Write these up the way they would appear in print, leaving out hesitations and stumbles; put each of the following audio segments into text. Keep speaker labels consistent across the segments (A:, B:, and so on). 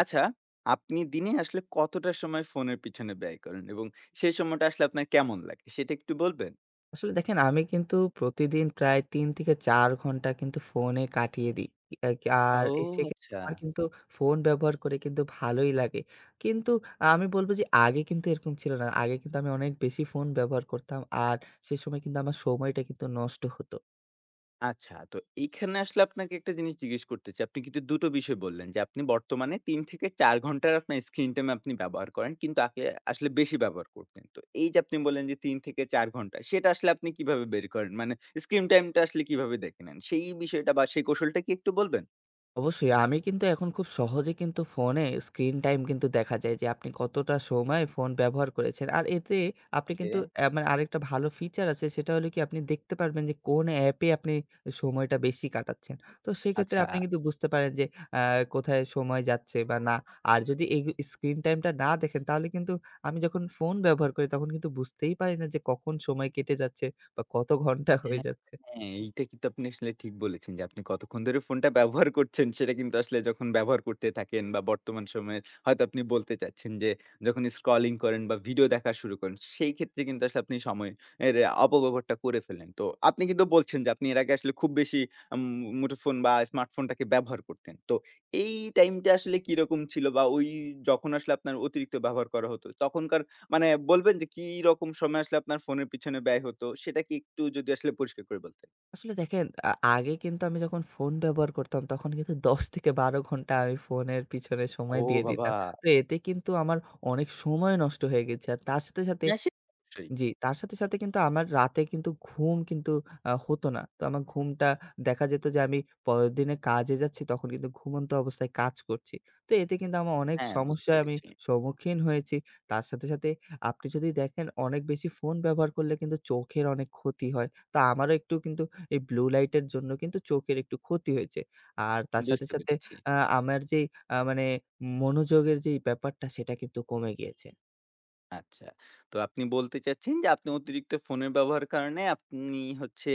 A: আচ্ছা, আপনি দিনে আসলে কতটা সময় ফোনের পিছনে ব্যয় করেন? এবং সেই সময়টা আসলে আপনার কেমন লাগে? সেটা একটু বলবেন?
B: আসলে দেখেন আমি কিন্তু প্রতিদিন প্রায় ৩ থেকে ৪ ঘন্টা কিন্তু ফোনে কাটিয়ে দিই। এক আর
A: ও
B: এ সেক্ষেত্রে
A: আচ্ছা।
B: আমার কিন্তু ফোন ব্যবহার করে কিন্তু ভালোই লাগে। কিন্তু আমি বলব যে আগে কিন্তু এরকম ছিল না। আগে কিন্তু আমি অনেক বেশি ফোন ব্যবহার করতাম। আর সে সময় কিন্তু আমার সময়টা কিন্তু নষ্ট হত।
A: আচ্ছা, তো এইখানে আসলে আপনাকে একটা জিনিস জিজ্ঞেস করতে চাই। আপনি কিন্তু ২ টো বিষয় বললেন যে, আপনি বর্তমানে ৩ থেকে ৪ ঘন্টার আপনার স্ক্রিন টাইম আপনি ব্যবহার করেন। কিন্তু আপনি আসলে বেশি ব্যবহার করতেন। তো এই যে আপনি বললেন যে ৩ থেকে ৪ ঘন্টা, সেটা আসলে আপনি কিভাবে বের করেন? মানে স্ক্রিন টাইমটা আসলে কিভাবে দেখে নেন? সেই বিষয়টা বা সেই কৌশলটা কি একটু বলবেন?
B: অবশ্যই। আমি কিন্তু এখন খুব সহজে কিন্তু ফোনে স্ক্রিন টাইম কিন্তু দেখা যায় যে আপনি কতটা সময় ফোন ব্যবহার করেছেন। আর এতে আপনি কিন্তু
A: ওকে,
B: মানে আরেকটা ভালো ফিচার আছে, সেটা হলো কি আপনি দেখতে পারবেন যে কোন অ্যাপে আপনি সময়টা বেশি কাটাচ্ছেন। তো সেক্ষেত্রে
A: আচ্ছা।
B: আপনি কিন্তু বুঝতে পারেন যে অ্যা কোথায় সময় যাচ্ছে বা না। আর যদি এই স্ক্রিন টাইমটা না দেখেন, তাহলে কিন্তু আমি যখন ফোন ব্যবহার করি তখন কিন্তু বুঝতেই পারি না যে কখন সময় কেটে যাচ্ছে বা কত ঘন্টা হয়ে
A: হ্যাঁ,
B: যাচ্ছে।
A: হ্যাঁ, এইটা কিন্তু আপনি আসলে ঠিক বলেছেন যে আপনি কতক্ষণ ধরে ফোনটা ব্যবহার করছেন সেটা কিন্তু আসলে যখন ব্যবহার করতে থাকেন বা বর্তমান সময়ে হয়তো আপনি বলতে চাচ্ছেন যে যখন স্ক্রলিং করেন বা ভিডিও দেখা শুরু করেন সেই ক্ষেত্রে কিন্তু আসলে আপনি সময়ের এর অপব্যবহারটা করে ফেলেন। তো আপনি কিন্তু বলছেন যে আপনি এর আগে আসলে খুব বেশি আম মুঠোফোন বা স্মার্টফোনটাকে ব্যবহার করতেন। তো এই টাইমটা আসলে কিরকম ছিল বা ওই যখন আসলে আপনার অতিরিক্ত ব্যবহার করা হতো তখনকার মানে বলবেন যে কি রকম সময় আসলে আপনার ফোনের পিছনে ব্যয় হতো? সেটা কি একটু যদি আসলে পরিষ্কার করে বলতেন?
B: আসলে দেখেন, আগে কিন্তু আমি যখন ফোন ব্যবহার করতাম তখন কিন্তু ১০ থেকে ১২ ঘন্টা আমি ফোনের পিছনে সময়
A: ও
B: দিয়ে দিতাম।
A: বাবা!
B: তো এতে কিন্তু আমার অনেক সময় নষ্ট হয়ে গেছে। আর তার সাথে, সাথে
A: না সে অবশ্যই।
B: জি, তার সাথে, সাথে কিন্তু আমার রাতে কিন্তু ঘুম কিন্তু হতো না। তো আমার ঘুমটা দেখা যেত যে আমি পরের দিনে কাজে যাচ্ছি, তখন কিন্তু ঘুমন্ত অবস্থায় কাজ করছি। তো এতে কিন্তু আমার অনেক
A: হ্যাঁ, বুঝতে
B: সমস্যায় আমি
A: পেরেছি,
B: সম্মুখীন হয়েছি। তার সাথে, সাথে আপনি যদি দেখেন অনেক বেশি ফোন ব্যবহার করলে কিন্তু চোখের অনেক ক্ষতি হয়। তো আমারও একটু কিন্তু এই ব্লু লাইটের জন্য কিন্তু চোখের একটু ক্ষতি হয়েছে। আর তার সাথে,
A: বুঝতে
B: সাথে
A: পেরেছি।
B: আ আমার যেই মানে মনোযোগের যেই ব্যাপারটা, সেটা কিন্তু কমে গিয়েছে।
A: আচ্ছা। তো আপনি বলতে চাচ্ছেন যে আপনি অতিরিক্ত ফোনের ব্যবহারের কারণে আপনি হচ্ছে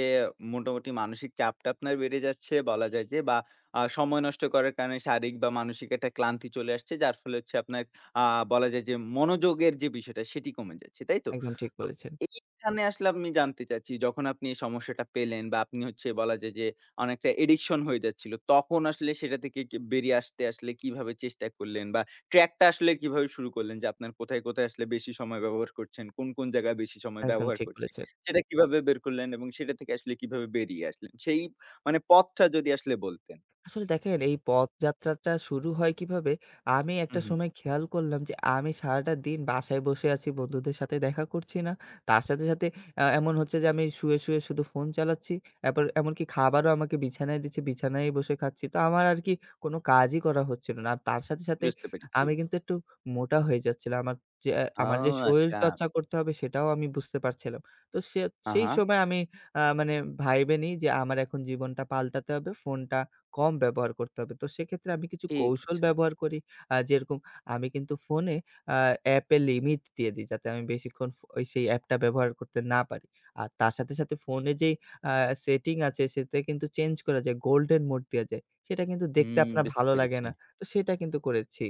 A: মোটামুটি মানসিক চাপটা আপনার বেড়ে যাচ্ছে বলা যায় যে বা সময় নষ্ট করার কারণে শারীরিক বা মানসিক একটা ক্লান্তি চলে আসছে। যার ফলে হচ্ছে আপনার আ বলা যায় যে মনোযোগের যে বিষয়টা সেটি কমে যাচ্ছে। তাই তো?
B: একদম ঠিক
A: তো
B: বলেছেন,
A: এইখানে আসলে আমি জানতে চাচ্ছি যখন আপনি এই সমস্যাটা পেলেন বা আপনি হচ্ছে বলা যায় যে অনেকটা অ্যাডিকশন হয়ে যাচ্ছিল। তখন আসলে সেটা থেকে কি বেরিয়ে আসতে আসলে কিভাবে চেষ্টা করলেন? বা ট্র্যাক টা আসলে কিভাবে শুরু করলেন যে আপনার কোথায়, কোথায় আসলে বেশি সময় ব্যবহার করছেন? কোন, কোন জায়গায় বেশি সময়
B: একদম
A: ব্যবহার
B: ঠিক
A: করছেন?
B: বলেছেন।
A: সেটা কিভাবে বের করলেন এবং সেটা থেকে আসলে কিভাবে বেরিয়ে আসলেন? সেই মানে পথটা যদি আসলে বলতেন।
B: আসলে দেখেন, এই পথযাত্রাটা শুরু হয় কিভাবে? আমি একটা
A: হুম, হুম।
B: সময় খেয়াল করলাম যে আমি সারাটা দিন বাসায় বসে আছি, বন্ধুদের সাথে দেখা করছি না। তার সাথে, সাথে এমন হচ্ছে যে আমি শুয়ে, শুয়ে শুধু ফোন চালাচ্ছি। এবার এমনকি খাবারও আমাকে বিছানায় দিচ্ছে, বিছানায়ই বসে খাচ্ছি। তো আমার আর কি কোনো কাজই করা হচ্ছিল না। আর তার সাথে, সাথে
A: বুঝতে পেরেছি।
B: আমি কিন্তু একটু মোটা হয়ে যাচ্ছিলাম। যে
A: ও
B: আমার যে
A: আচ্ছা।
B: শরীরচর্চা করতে হবে সেটাও আমি বুঝতে পারছিলাম। তো সেই
A: আহা,
B: সময় আমি মানে ভাইবে নিই যে আমার এখন জীবনটা পাল্টাতে হবে। ফোনটা কম ব্যবহার করতে হবে। তো সেক্ষেত্রে আমি কিছু
A: ঠিক
B: কৌশল
A: আছে।
B: ব্যবহার করি। যেরকম আমি কিন্তু ফোনে আ অ্যাপে লিমিট দিয়ে দিই, যাতে আমি বেশিক্ষণ ওই সেই অ্যাপটা ব্যবহার করতে না পারি। আর তার সাথে, সাথে ফোনে যেই আ সেটিং আছে সেটা কিন্তু চেঞ্জ করা যায়। গোল্ডেন মোড দেয়া যায়। সেটা কিন্তু দেখতে
A: হুম,
B: আপনার
A: বুঝতে
B: ভালো লাগে
A: পেরেছি।
B: না। তো সেটা কিন্তু করেছি।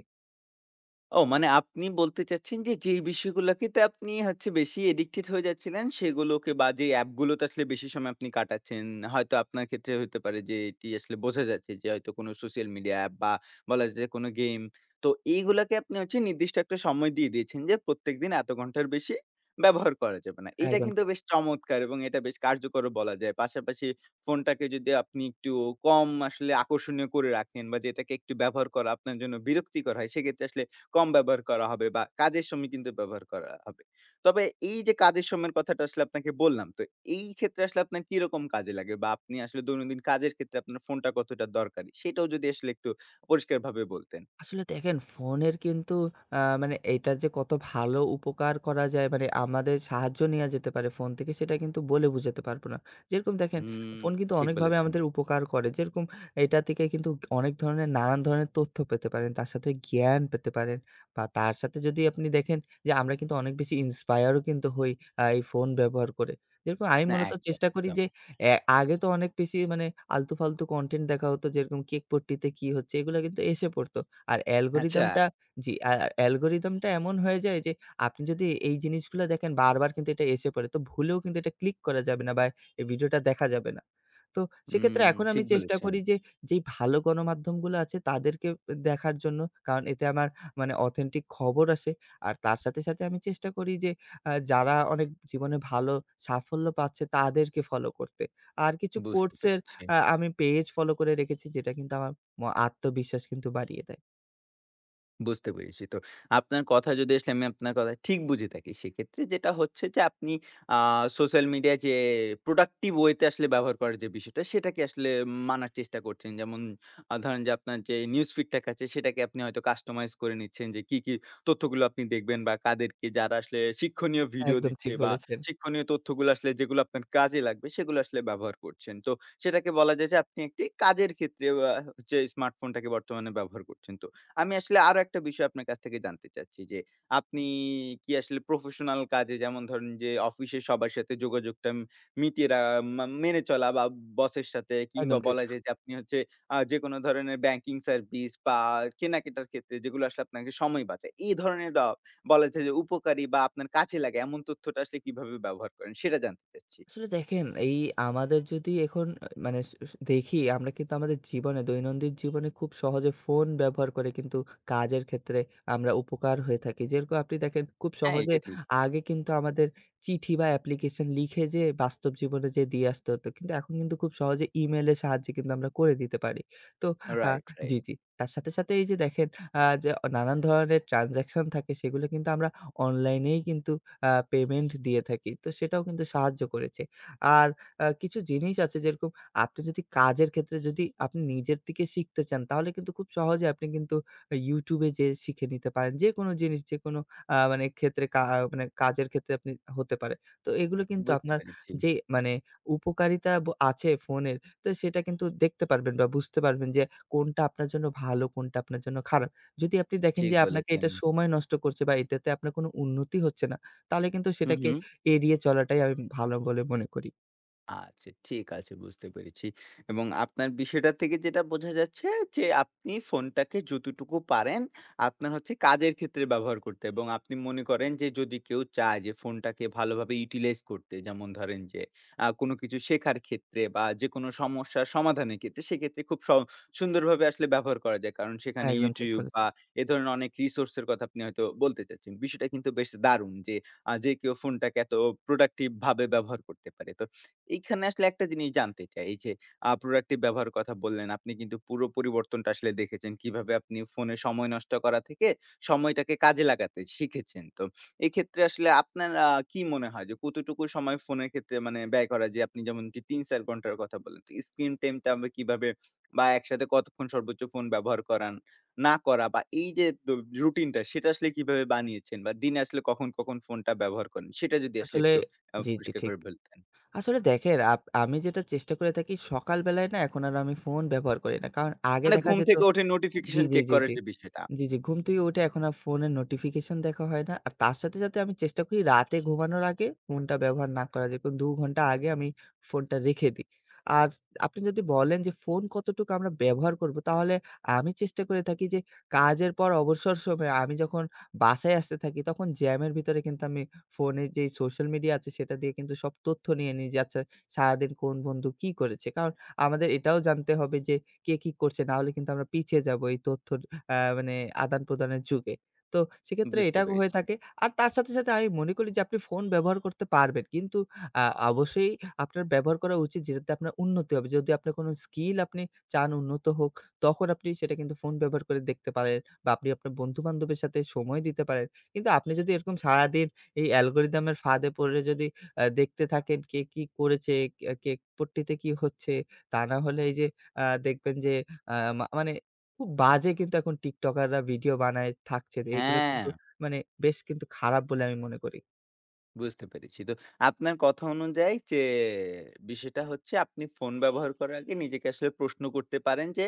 A: ও মানে আপনি বলতে চাচ্ছেন যে, যেই বিষয়গুলোকে তে আপনি হচ্ছে বেশি এডিক্টেড হয়ে যাচ্ছিলেন সেগুলোকে বা যে অ্যাপগুলোতে আসলে বেশি সময় আপনি কাটাচ্ছেন, হয়তো আপনার ক্ষেত্রে হতে পারে যে এটি আসলে বোঝা যাচ্ছে যে হয়তো কোনো সোশ্যাল মিডিয়া অ্যাপ বা বলা যায় যে কোনো গেম। তো এইগুলাকে আপনি হচ্ছে নির্দিষ্ট একটা সময় দিয়ে দিয়েছেন যে প্রত্যেকদিন এত ঘন্টার বেশি ব্যবহার করা যাবে না। এইটা
B: একদম।
A: কিন্তু বেশ চমৎকার এবং এটা বেশ কার্যকরও বলা যায়। পাশাপাশি ফোনটাকে যদি আপনি একটু কম আসলে আকর্ষণীয় করে রাখেন বা যেটাকে একটু ব্যবহার করা আপনার জন্য বিরক্তিকর হয় সেক্ষেত্রে আসলে কম ব্যবহার করা হবে বা কাজের সময় কিন্তু ব্যবহার করা হবে। তবে এই যে কাজের সময়ের কথাটা আসলে আপনাকে বললাম, তো এই ক্ষেত্রে আসলে আপনার কিরকম কাজে লাগে? বা আপনি আসলে দৈনন্দিন কাজের ক্ষেত্রে আপনার ফোনটা কতটা দরকারি? সেটাও যদি আসলে একটু পরিষ্কারভাবে বলতেন।
B: আসলে দেখেন, ফোনের কিন্তু মানে এইটার যে কত ভালো উপকার করা যায়, মানে আমাদের সাহায্য নেয়া যেতে পারে ফোন থেকে, সেটা কিন্তু বলে বুঝাতে পারব না। যেরকম দেখেন,
A: হুম,
B: ফোন কিন্তু
A: ঠিক
B: অনেকভাবে
A: বলেছেন।
B: আমাদের উপকার করে। যেরকম এটা থেকে কিন্তু অনেক ধরনের নানান ধরনের তথ্য পেতে পারেন। তার সাথে জ্ঞান পেতে পারেন বা তার সাথে যদি আপনি দেখেন যে আমরা কিন্তু অনেক বেশি inspire ও কিন্তু হই এই ফোন ব্যবহার করে। যেরকম আমি
A: না
B: মূলত
A: একদম,
B: চেষ্টা করি
A: একদম।
B: যে, আগে তো অনেক বেশি মানে আলতু-ফালতু কনটেন্ট দেখা হতো, যেরকম কেক পট্টিতে কি হচ্ছে এগুলা কিন্তু এসে পড়ত। আর
A: আচ্ছা।
B: অ্যালগরিদমটা জি, অ্যালগরিদমটা এমন হয়ে যায় যে আপনি যদি এই জিনিসগুলা দেখেন বারবার কিন্তু এটা এসে পড়ে। তো ভুলেও কিন্তু এটা ক্লিক করা যাবে না বা এই ভিডিওটা দেখা যাবে না। তো
A: হুম,
B: সেক্ষেত্রে এখন আমি
A: ঠিক
B: চেষ্টা
A: বলেছেন।
B: করি যে, যেই ভালো গণমাধ্যমগুলো আছে তাদেরকে দেখার জন্য। কারণ এতে আমার মানে অথেন্টিক খবর আসে। আর তার সাথে, সাথে আমি চেষ্টা করি যে যারা অনেক জীবনে ভালো সাফল্য পাচ্ছে তাদেরকে ফলো করতে। আর কিছু
A: বুঝতে
B: কোর্সের
A: পেরেছি।
B: আমি পেজ ফলো করে রেখেছি যেটা কিন্তু আমার আত্মবিশ্বাস কিন্তু বাড়িয়ে দেয়।
A: বুঝতে পেরেছি। তো আপনার কথা যদি আসলে আমি আপনার কথা ঠিক বুঝে থাকি, সেক্ষেত্রে যেটা হচ্ছে যে আপনি আ সোশ্যাল মিডিয়া যে প্রোডাক্টিভ ওয়েতে আসলে ব্যবহার করার যে বিষয়টা, সেটাকে আসলে মানার চেষ্টা করছেন। যেমন ধরেন যে আপনার যে নিউজ ফিড টাকে আছে, সেটাকে আপনি হয়তো কাস্টমাইজ করে নিচ্ছেন যে কি, কি তথ্যগুলো আপনি দেখবেন বা কাদেরকে যারা আসলে শিক্ষণীয় ভিডিও
B: একদম
A: দিচ্ছে
B: ঠিক
A: বা
B: বলেছেন।
A: শিক্ষণীয় তথ্যগুলো আসলে যেগুলো আপনার কাজে লাগবে, সেগুলো আসলে ব্যবহার করছেন। তো সেটাকে বলা যায় যে আপনি একটি কাজের ক্ষেত্রে হচ্ছে স্মার্টফোনটাকে বর্তমানে ব্যবহার করছেন। তো আমি আসলে আরো একটা বিষয় আপনার কাছ থেকে জানতে চাচ্ছি যে, আপনি কি আসলে প্রফেশনাল কাজে যেমন ধরেন যে অফিসে সবার সাথে যোগাযোগটা মিটিয়ে রা মা মেনে চলা বা বসের সাথে
B: একদম
A: কিংবা
B: ঠিক।
A: বলা যায় যে আপনি হচ্ছে যেকোনো ধরনের ব্যাংকিং সার্ভিস বা কেনাকাটার ক্ষেত্রে যেগুলো আসলে আপনাকে সময় বাঁচায়। এই ধরনের বলা যায় যে উপকারী বা আপনার কাজে লাগে এমন তথ্যটা আসলে কিভাবে ব্যবহার করেন সেটা জানতে চাচ্ছি।
B: আসলে দেখেন, এই আমাদের যদি এখন মানে স স দেখি, আমরা কিন্তু আমাদের জীবনে, দৈনন্দিন জীবনে খুব সহজে ফোন ব্যবহার করে কিন্তু কাজের ক্ষেত্রে আমরা উপকার হয়ে থাকি। যেরকম আপনি দেখেন, খুব
A: হ্যাঁ,
B: সহজে
A: এটা ঠিক।
B: আগে কিন্তু আমাদের চিঠি বা অ্যাপ্লিকেশন লিখে যেয়ে বাস্তব জীবনে যেয়ে দিয়ে আসতে হতো। কিন্তু এখন কিন্তু খুব সহজে ইমেইলের সাহায্যে কিন্তু আমরা করে দিতে পারি। তো আ
A: রাইট,
B: জি,
A: রাইট।
B: জি। তার সাথে, সাথে এই যে দেখেন, যে নানান ধরনের ট্রান্সেকশন থাকে সেগুলো কিন্তু আমরা অনলাইনেই কিন্তু পেমেন্ট দিয়ে থাকি। তো সেটাও কিন্তু সাহায্য করেছে। আর কিছু জিনিস আছে, যেরকম আপনি যদি কাজের ক্ষেত্রে যদি আপনি নিজের থেকে শিখতে চান তাহলে কিন্তু খুব সহজে আপনি কিন্তু YouTube এ যেয়ে শিখে নিতে পারেন। যেকোনো জিনিস, যেকোনো মানে ক্ষেত্রে, মানে কাজের ক্ষেত্রে আপনি হতে পারে। তো এগুলো কিন্তু
A: বুঝতে
B: আপনার
A: পেরেছি।
B: যে মানে উপকারিতা আছে ফোনের। তো সেটা কিন্তু দেখতে পারবেন বা বুঝতে পারবেন যে কোনটা আপনার জন্য ভালো, কোনটা আপনার জন্য খারাপ। যদি আপনি দেখেন
A: ঠিক
B: যে আপনাকে
A: বলেছেন।
B: এটা সময় নষ্ট করছে বা এটাতে আপনার কোনো উন্নতি হচ্ছে না, তাহলে কিন্তু
A: হু,
B: সেটাকে
A: হু।
B: এড়িয়ে চলাটাই আমি ভালো বলে মনে করি।
A: আচ্ছা, ঠিক আছে, বুঝতে পেরেছি। এবং আপনার বিষয়টা থেকে যেটা বোঝা যাচ্ছে যে আপনি ফোনটাকে যতটুকু পারেন আপনার হচ্ছে কাজের ক্ষেত্রে ব্যবহার করতে এবং আপনি মনে করেন যে যদি কেউ চায় যে ফোনটাকে ভালোভাবে ইউটিলাইজ করতে যেমন ধরেন যে কোনো কিছু শেখার ক্ষেত্রে বা যেকোনো সমস্যার সমাধানের ক্ষেত্রে সেক্ষেত্রে খুব সুন্দরভাবে আসলে ব্যবহার করা যায়। কারণ সেখানে
B: একদম ঠিক
A: YouTube বা
B: বলেছেন।
A: এ ধরনের অনেক রিসোর্স এর কথা আপনি হয়তো বলতে চাচ্ছেন। বিষয়টা কিন্তু বেশ দারুণ যে যে কেউ ফোনটাকে এত প্রোডাক্টিভ ভাবে ব্যবহার করতে পারে। তো এইখানে আসলে একটা জিনিস জানতে চাই। এই যে প্রোডাক্টিভ ব্যবহারের কথা বললেন, আপনি কিন্তু পুরো পরিবর্তনটা আসলে দেখেছেন। কিভাবে আপনি ফোনে সময় নষ্ট করা থেকে সময়টাকে কাজে লাগাতে শিখেছেন। তো এক্ষেত্রে আসলে আপনার কি মনে হয় যে কতটুকু সময় ফোনের ক্ষেত্রে মানে ব্যয় করা যায়? আপনি যেমনটি ৩-৪ ঘন্টার কথা বললেন। তো স্ক্রিন টাইমটা আমরা কিভাবে বা একসাথে কতক্ষণ সর্বোচ্চ ফোন ব্যবহার করান না করা বা এই যে রুটিনটা সেটা আসলে কিভাবে বানিয়েছেন বা দিনে আসলে কখন, কখন ফোনটা ব্যবহার করেন? সেটা যদি আসলে
B: আসলে
A: একটু
B: জি, জি
A: পরিষ্কার
B: ঠিক।
A: করে বলতেন।
B: আসলে দেখেন, আমি যেটা চেষ্টা করে থাকি সকাল বেলায় না এখন আর আমি ফোন ব্যবহার করি না। কারণ আগে
A: মানে
B: দেখা
A: ঘুম
B: যেত।
A: থেকে উঠে
B: জি,
A: নোটিফিকেশন
B: জি,
A: চেক
B: জি,
A: করার
B: জি।
A: যে বিষয়টা,
B: জি, জি। ঘুম থেকে উঠে এখন আর ফোনের নোটিফিকেশন দেখা হয় না। আর তার সাথে, সাথে আমি চেষ্টা করি রাতে ঘুমানোর আগে ফোনটা ব্যবহার না করা। যেরকম ২ ঘন্টা আগে আমি ফোনটা রেখে দিই। আর আপনি যদি বলেন যে ফোন কতটুকু আমরা ব্যবহার করব, তাহলে আমি চেষ্টা করে থাকি যে কাজের পর অবসর সময়ে, আমি যখন বাসায় আসতে থাকি তখন জ্যামের ভিতরে কিন্তু আমি ফোনে যেই সোশ্যাল মিডিয়া আছে সেটা দিয়ে কিন্তু সব তথ্য নিয়ে নিই যে আচ্ছা সারাদিন কোন বন্ধু কি করেছে। কারণ আমাদের এটাও জানতে হবে যে কে কি করছে, না হলে কিন্তু আমরা পিছিয়ে যাব এই তথ্য মানে আদান-প্রদানের যুগে। তো সেক্ষেত্রে
A: বুঝতে
B: এটা হয়ে
A: পেরেছি।
B: থাকে। আর তার সাথে, সাথে আমি মনে করি যে আপনি ফোন ব্যবহার করতে পারবেন। কিন্তু আ অবশ্যই আপনার ব্যবহার করা উচিত যেটাতে আপনার উন্নতি হবে। যদি আপনার কোনো স্কিল আপনি চান উন্নত হোক, তখন আপনি সেটা কিন্তু ফোন ব্যবহার করে দেখতে পারেন বা আপনি আপনার বন্ধু-বান্ধবের সাথে সময় দিতে পারেন। কিন্তু আপনি যদি এরকম সারাদিন এই অ্যালগরিদম এর ফাঁদে পড়ে যদি দেখতে থাকেন কে কি করেছে, কে কে পট্টিতে কি হচ্ছে, তা না হলে এই যে দেখবেন যে আ মা মানে খুব বাজে কিন্তু এখন টিকটকাররা ভিডিও বানায় থাকছে। এগুলো
A: হ্যাঁ।
B: কিন্তু মানে বেশ কিন্তু খারাপ বলে আমি মনে করি।
A: বুঝতে পেরেছি। তো আপনার কথা অনুযায়ী যে বিষয়টা হচ্ছে আপনি ফোন ব্যবহার করার আগে নিজেকে আসলে প্রশ্ন করতে পারেন যে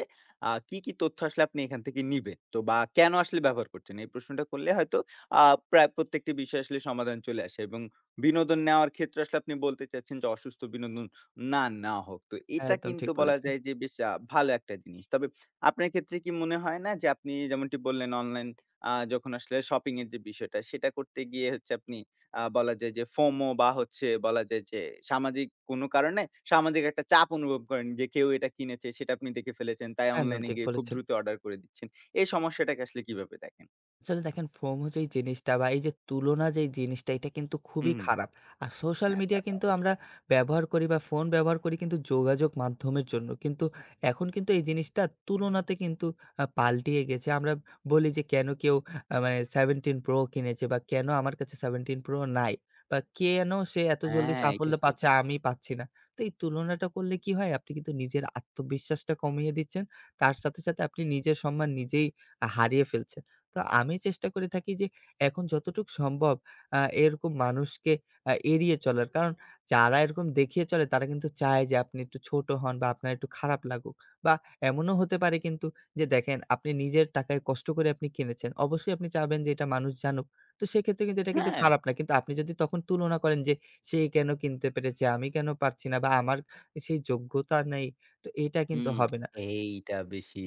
A: কি, কি তথ্য আসলে আপনি এখান থেকে নিবেন? তো বা কেন আসলে ব্যবহার করছেন? এই প্রশ্নটা করলে হয়তো আ প্রায় প্রত্যেকটি বিষয় আসলে সমাধান চলে আসে এবং বিনোদন নেওয়ার ক্ষেত্রে আসলে আপনি বলতে চাচ্ছেন যে অসুস্থ বিনোদন না নেওয়া হোক। তো এটা
B: একদম ঠিক
A: কিন্তু বলা
B: বলেছেন।
A: যায় যে বেশ ভালো একটা জিনিস। তবে আপনার ক্ষেত্রে কি মনে হয় না যে আপনি যেমনটি বললেন অনলাইন যখন আসলে শপিং এর যে বিষয়টা সেটা করতে গিয়ে হচ্ছে আপনি বলা যায় যে FOMO বা হচ্ছে বলা যায় যে সামাজিক কোনো কারণে সামাজিক একটা চাপ অনুভব করেন যে কেউ এটা কিনেছে সেটা আপনি দেখে ফেলেছেন। তাই
B: একদম
A: অনলাইনে
B: ঠিক
A: গিয়ে খুব
B: বলেছেন।
A: দ্রুত অর্ডার করে দিচ্ছেন। এই সমস্যাটাকে আসলে কিভাবে দেখেন?
B: আসলে দেখেন, FOMO যেই জিনিসটা বা এই যে তুলনা যেই জিনিসটা, এটা কিন্তু খুবই
A: হুম,
B: খারাপ। আর সোশ্যাল
A: না তা
B: মিডিয়া
A: তো
B: কিন্তু আমরা
A: অবশ্যই।
B: ব্যবহার করি বা ফোন ব্যবহার করি কিন্তু যোগাযোগ মাধ্যমের জন্য। কিন্তু এখন কিন্তু এই জিনিসটা তুলনাতে কিন্তু পাল্টিয়ে গেছে। আমরা বলি যে কেন কেউ মানে 17 Pro কিনেছে বা কেন আমার কাছে 17 Pro নাই? বা কেন সে এত জলদি
A: হ্যাঁ, এটা
B: সাফল্য
A: ঠিক।
B: পাচ্ছে আমি পাচ্ছি না? তো এই তুলনাটা করলে কি হয়? আপনি কিন্তু নিজের আত্মবিশ্বাসটা কমিয়ে দিচ্ছেন। তার সাথে, সাথে আপনি নিজের সম্মান নিজেই হারিয়ে ফেলছেন। তো আমি চেষ্টা করে থাকি যে, এখন যতটুকু সম্ভব এরকম মানুষকে এড়িয়ে চলার। কারণ যারা এরকম দেখিয়ে চলে তারা কিন্তু চায় যে আপনি একটু ছোট হন বা আপনার একটু খারাপ লাগুক। বা এমনও হতে পারে কিন্তু, যে দেখেন আপনি নিজের টাকায় কষ্ট করে আপনি কিনেছেন। অবশ্যই আপনি চাবেন যে এটা মানুষ জানুক। তো সেক্ষেত্রে কিন্তু এটা কিন্তু
A: হ্যাঁ।
B: খারাপ না। কিন্তু আপনি যদি তখন তুলনা করেন যে সে কেন কিনতে পেরেছে, আমি কেন পারছি না বা আমার সেই যোগ্যতা নেই, তো এটা কিন্তু
A: হুম,
B: হবে না।
A: এইটা বেশি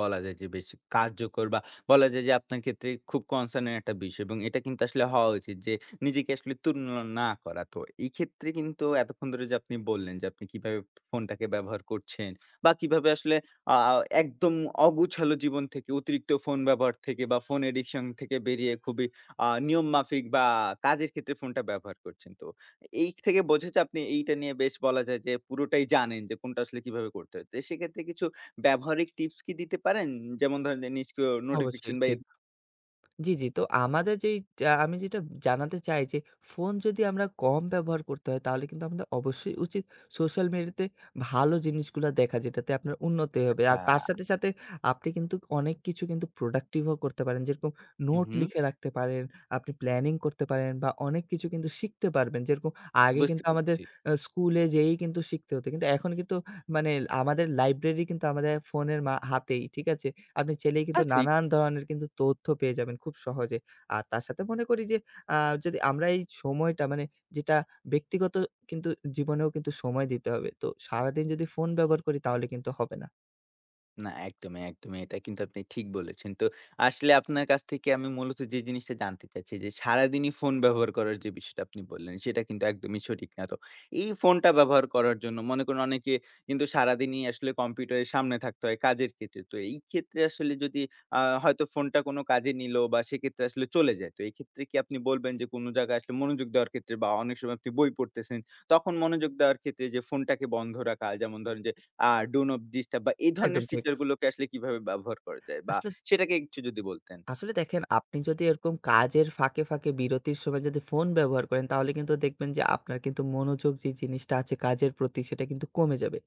A: বলা যায় যে বেশ কার্যকর বা বলা যায় যে আপনার ক্ষেত্রে খুব কনসার্ন এর একটা বিষয় এবং এটা কিন্তু আসলে হওয়া উচিত যে নিজেকে আসলে তুলনা না করা। তো এই ক্ষেত্রে কিন্তু এতক্ষণ ধরে যে আপনি বললেন যে আপনি কিভাবে ফোনটাকে ব্যবহার করছেন বা কিভাবে আসলে আ একদম অগুছালো জীবন থেকে অতিরিক্ত ফোন ব্যবহার থেকে বা ফোন অ্যাডিকশন থেকে বেরিয়ে খুবই নিয়মমাফিক বা কাজের ক্ষেত্রে ফোনটা ব্যবহার করছেন। তো এই থেকে বোঝা যায় আপনি এইটা নিয়ে বেশ বলা যায় যে পুরোটাই জানেন যে কোনটা আসলে কিভাবে করতে হয়। তো সেক্ষেত্রে কিছু ব্যবহারিক টিপস কি দিতে পারেন? যেমন ধরেন যে নিষ্ক্রিয় নোটিফিকেশন
B: অবশ্যই
A: বা
B: ঠিক। জি, জি। তো আমাদের যেই আ আমি যেটা জানাতে চাই যে, ফোন যদি আমরা কম ব্যবহার করতে হয় তাহলে কিন্তু আমাদের অবশ্যই উচিত সোশ্যাল মিডিয়াতে ভালো জিনিসগুলা দেখা যেটাতে আপনার উন্নতি হবে।
A: আচ্ছা,
B: আর তার সাথে, সাথে আপনি কিন্তু অনেক কিছু কিন্তু প্রোডাক্টিভ ও করতে পারেন। যেরকম
A: হু,
B: নোট
A: হু,
B: লিখে রাখতে পারেন, আপনি প্ল্যানিং করতে পারেন বা অনেক কিছু কিন্তু শিখতে পারবেন। যেরকম আগে
A: বুঝতে
B: কিন্তু আমাদের
A: পেরেছি।
B: স্কুলে যেয়েই কিন্তু শিখতে হতো। কিন্তু এখন কিন্তু মানে আমাদের লাইব্রেরি কিন্তু আমাদের ফোনের হাতেই। ঠিক আছে? আপনি চাইলেই
A: আ
B: কিন্তু
A: ঠিক
B: নানান ধরনের কিন্তু তথ্য পেয়ে যাবেন খুব সহজে। আর তার সাথে মনে করি যে আ যদি আমরা এই সময়টা মানে যেটা ব্যক্তিগত কিন্তু জীবনেও কিন্তু সময় দিতে হবে। তো সারাদিন যদি ফোন ব্যবহার করি তাহলে কিন্তু হবে না।
A: না, একদমই, একদমই। এটা কিন্তু আপনি ঠিক বলেছেন। তো আসলে আপনার কাছ থেকে আমি মূলত যে জিনিসটা জানতে চাচ্ছি যে, সারাদিনই ফোন ব্যবহার করার যে বিষয়টা আপনি বললেন, সেটা কিন্তু একদমই সঠিক না। তো এই ফোনটা ব্যবহার করার জন্য মনে করুন অনেকে কিন্তু সারাদিনই আসলে কম্পিউটারের সামনে থাকতে হয় কাজের ক্ষেত্রে। তো এই ক্ষেত্রে আসলে যদি হয়তো ফোনটা কোনো কাজে নিল বা সেক্ষেত্রে আসলে চলে যায়। তো এক্ষেত্রে কি আপনি বলবেন যে কোনো জায়গায় আসলে মনোযোগ দেওয়ার ক্ষেত্রে বা অনেক সময় আপনি বই পড়তেছেন, তখন মনোযোগ দেওয়ার ক্ষেত্রে যে ফোনটাকে বন্ধ রাখা যেমন ধরেন যে আ ডো নট ডিস্টার্ব বা এই
B: একদম
A: ধরনের
B: ঠিক।
A: ফিচার গুলোকে আসলে কিভাবে ব্যবহার করা যায়? বা
B: আসলে
A: সেটাকে একটু যদি বলতেন।
B: আসলে দেখেন, আপনি যদি এরকম কাজের ফাঁকে, ফাঁকে বিরতির সময় যদি ফোন ব্যবহার করেন তাহলে কিন্তু দেখবেন যে আপনার কিন্তু মনোযোগ যে জিনিসটা আছে কাজের প্রতি, সেটা কিন্তু কমে যাবে।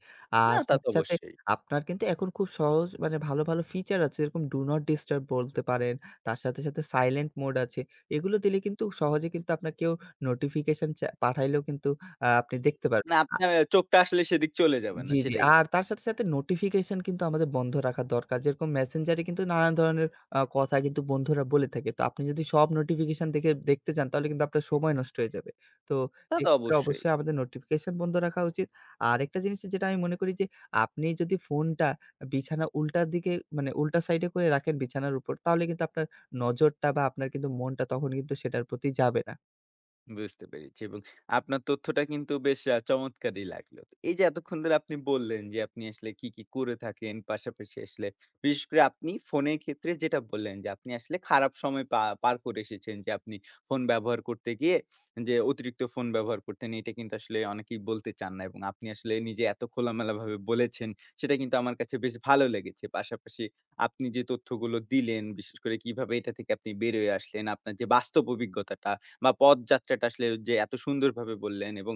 B: আর
A: না তা
B: সাথে,
A: তো
B: সাথে
A: অবশ্যই।
B: আপনার কিন্তু এখন খুব সহজ মানে ভালো, ভালো ফিচার আছে, যেরকম ডু নট ডিস্টার্ব বলতে পারেন। তার সাথে, সাথে সাইলেন্ট মোড আছে। এগুলো দিলে কিন্তু সহজে কিন্তু আপনার কেউ নোটিফিকেশন পাঠাইলেও কিন্তু আপনি দেখতে পারবেন।
A: না আপনার চোখটা আসলে সেদিক চলে যাবে না
B: জি, জি।
A: সেটাই।
B: আর তার সাথে, সাথে নোটিফিকেশন কিন্তু আমাদের বন্ধ রাখা দরকার। যেরকম মেসেঞ্জারে কিন্তু নানান ধরনের কথা কিন্তু বন্ধুরা বলে থাকে। তো আপনি যদি সব নোটিফিকেশন দেখতে চান তাহলে কিন্তু আপনার সময় নষ্ট হয়ে যাবে। তো
A: তা তো
B: এক্ষেত্রে
A: অবশ্যই।
B: অবশ্যই আমাদের নোটিফিকেশন বন্ধ রাখা উচিত। আরেকটা জিনিস যেটা আমি মনে করি যে, আপনি যদি ফোনটা বিছানা উল্টার দিকে মানে উল্টা সাইডে করে রাখেন বিছানার উপর, তাহলে কিন্তু আপনার নজরটা বা আপনার কিন্তু মনটা তখন কিন্তু সেটার প্রতি যাবে না।
A: বুঝতে পেরেছি এবং আপনার তথ্যটা কিন্তু বেশ চমৎকারই লাগলো। তো এই যে এতক্ষণ ধরে আপনি বললেন যে আপনি আসলে কি, কি করে থাকেন, পাশাপাশি আসলে বিশেষ করে আপনি ফোনের ক্ষেত্রে যেটা বললেন যে আপনি আসলে খারাপ সময় পার করে এসেছেন যে আপনি ফোন ব্যবহার করতে গিয়ে যে অতিরিক্ত ফোন ব্যবহার করতেন এটা কিন্তু আসলে অনেকেই বলতে চান না এবং আপনি আসলে নিজে এত খোলামেলাভাবে বলেছেন সেটা কিন্তু আমার কাছে বেশ ভালো লেগেছে। পাশাপাশি আপনি যে তথ্যগুলো দিলেন বিশেষ করে কিভাবে এটা থেকে আপনি বের হয়ে আসলেন, আপনার যে বাস্তব অভিজ্ঞতাটা বা পথযাত্রাটা আসলে যে এত সুন্দরভাবে বললেন এবং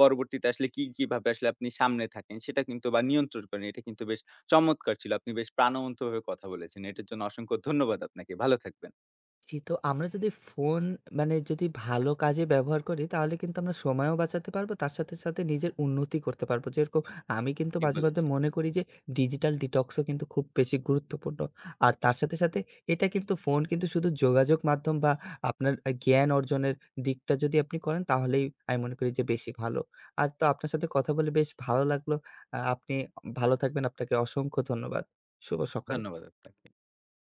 A: পরবর্তীতে আসলে কি, কিভাবে আসলে আপনি সামনে থাকেন সেটা কিন্তু বা নিয়ন্ত্রণ করেন। এটা কিন্তু বেশ চমৎকার ছিল। আপনি বেশ প্রাণবন্তভাবে কথা বলেছেন। এটার জন্য অসংখ্য ধন্যবাদ আপনাকে। ভালো থাকবেন।
B: জি, তো আমরা যদি ফোন মানে যদি ভালো কাজে ব্যবহার করি, তাহলে কিন্তু আমরা সময়ও বাঁচাতে পারবো, তার সাথে, সাথে নিজের উন্নতি করতে পারবো। যেরকম আমি কিন্তু
A: ঠিক
B: মাঝে, মাঝে
A: বলেছেন।
B: মনে করি যে ডিজিটাল ডিটক্সও কিন্তু খুব বেশি গুরুত্বপূর্ণ। আর তার সাথে, সাথে এটা কিন্তু ফোন কিন্তু শুধু যোগাযোগ মাধ্যম বা আপনার জ্ঞান অর্জনের দিকটা যদি আপনি করেন তাহলেই আমি মনে করি যে বেশি ভালো। আর তো আপনার সাথে কথা বলে বেশ ভালো লাগলো। আপনি ভালো থাকবেন। আপনাকে অসংখ্য ধন্যবাদ। শুভ সকাল।
A: ধন্যবাদ আপনাকে।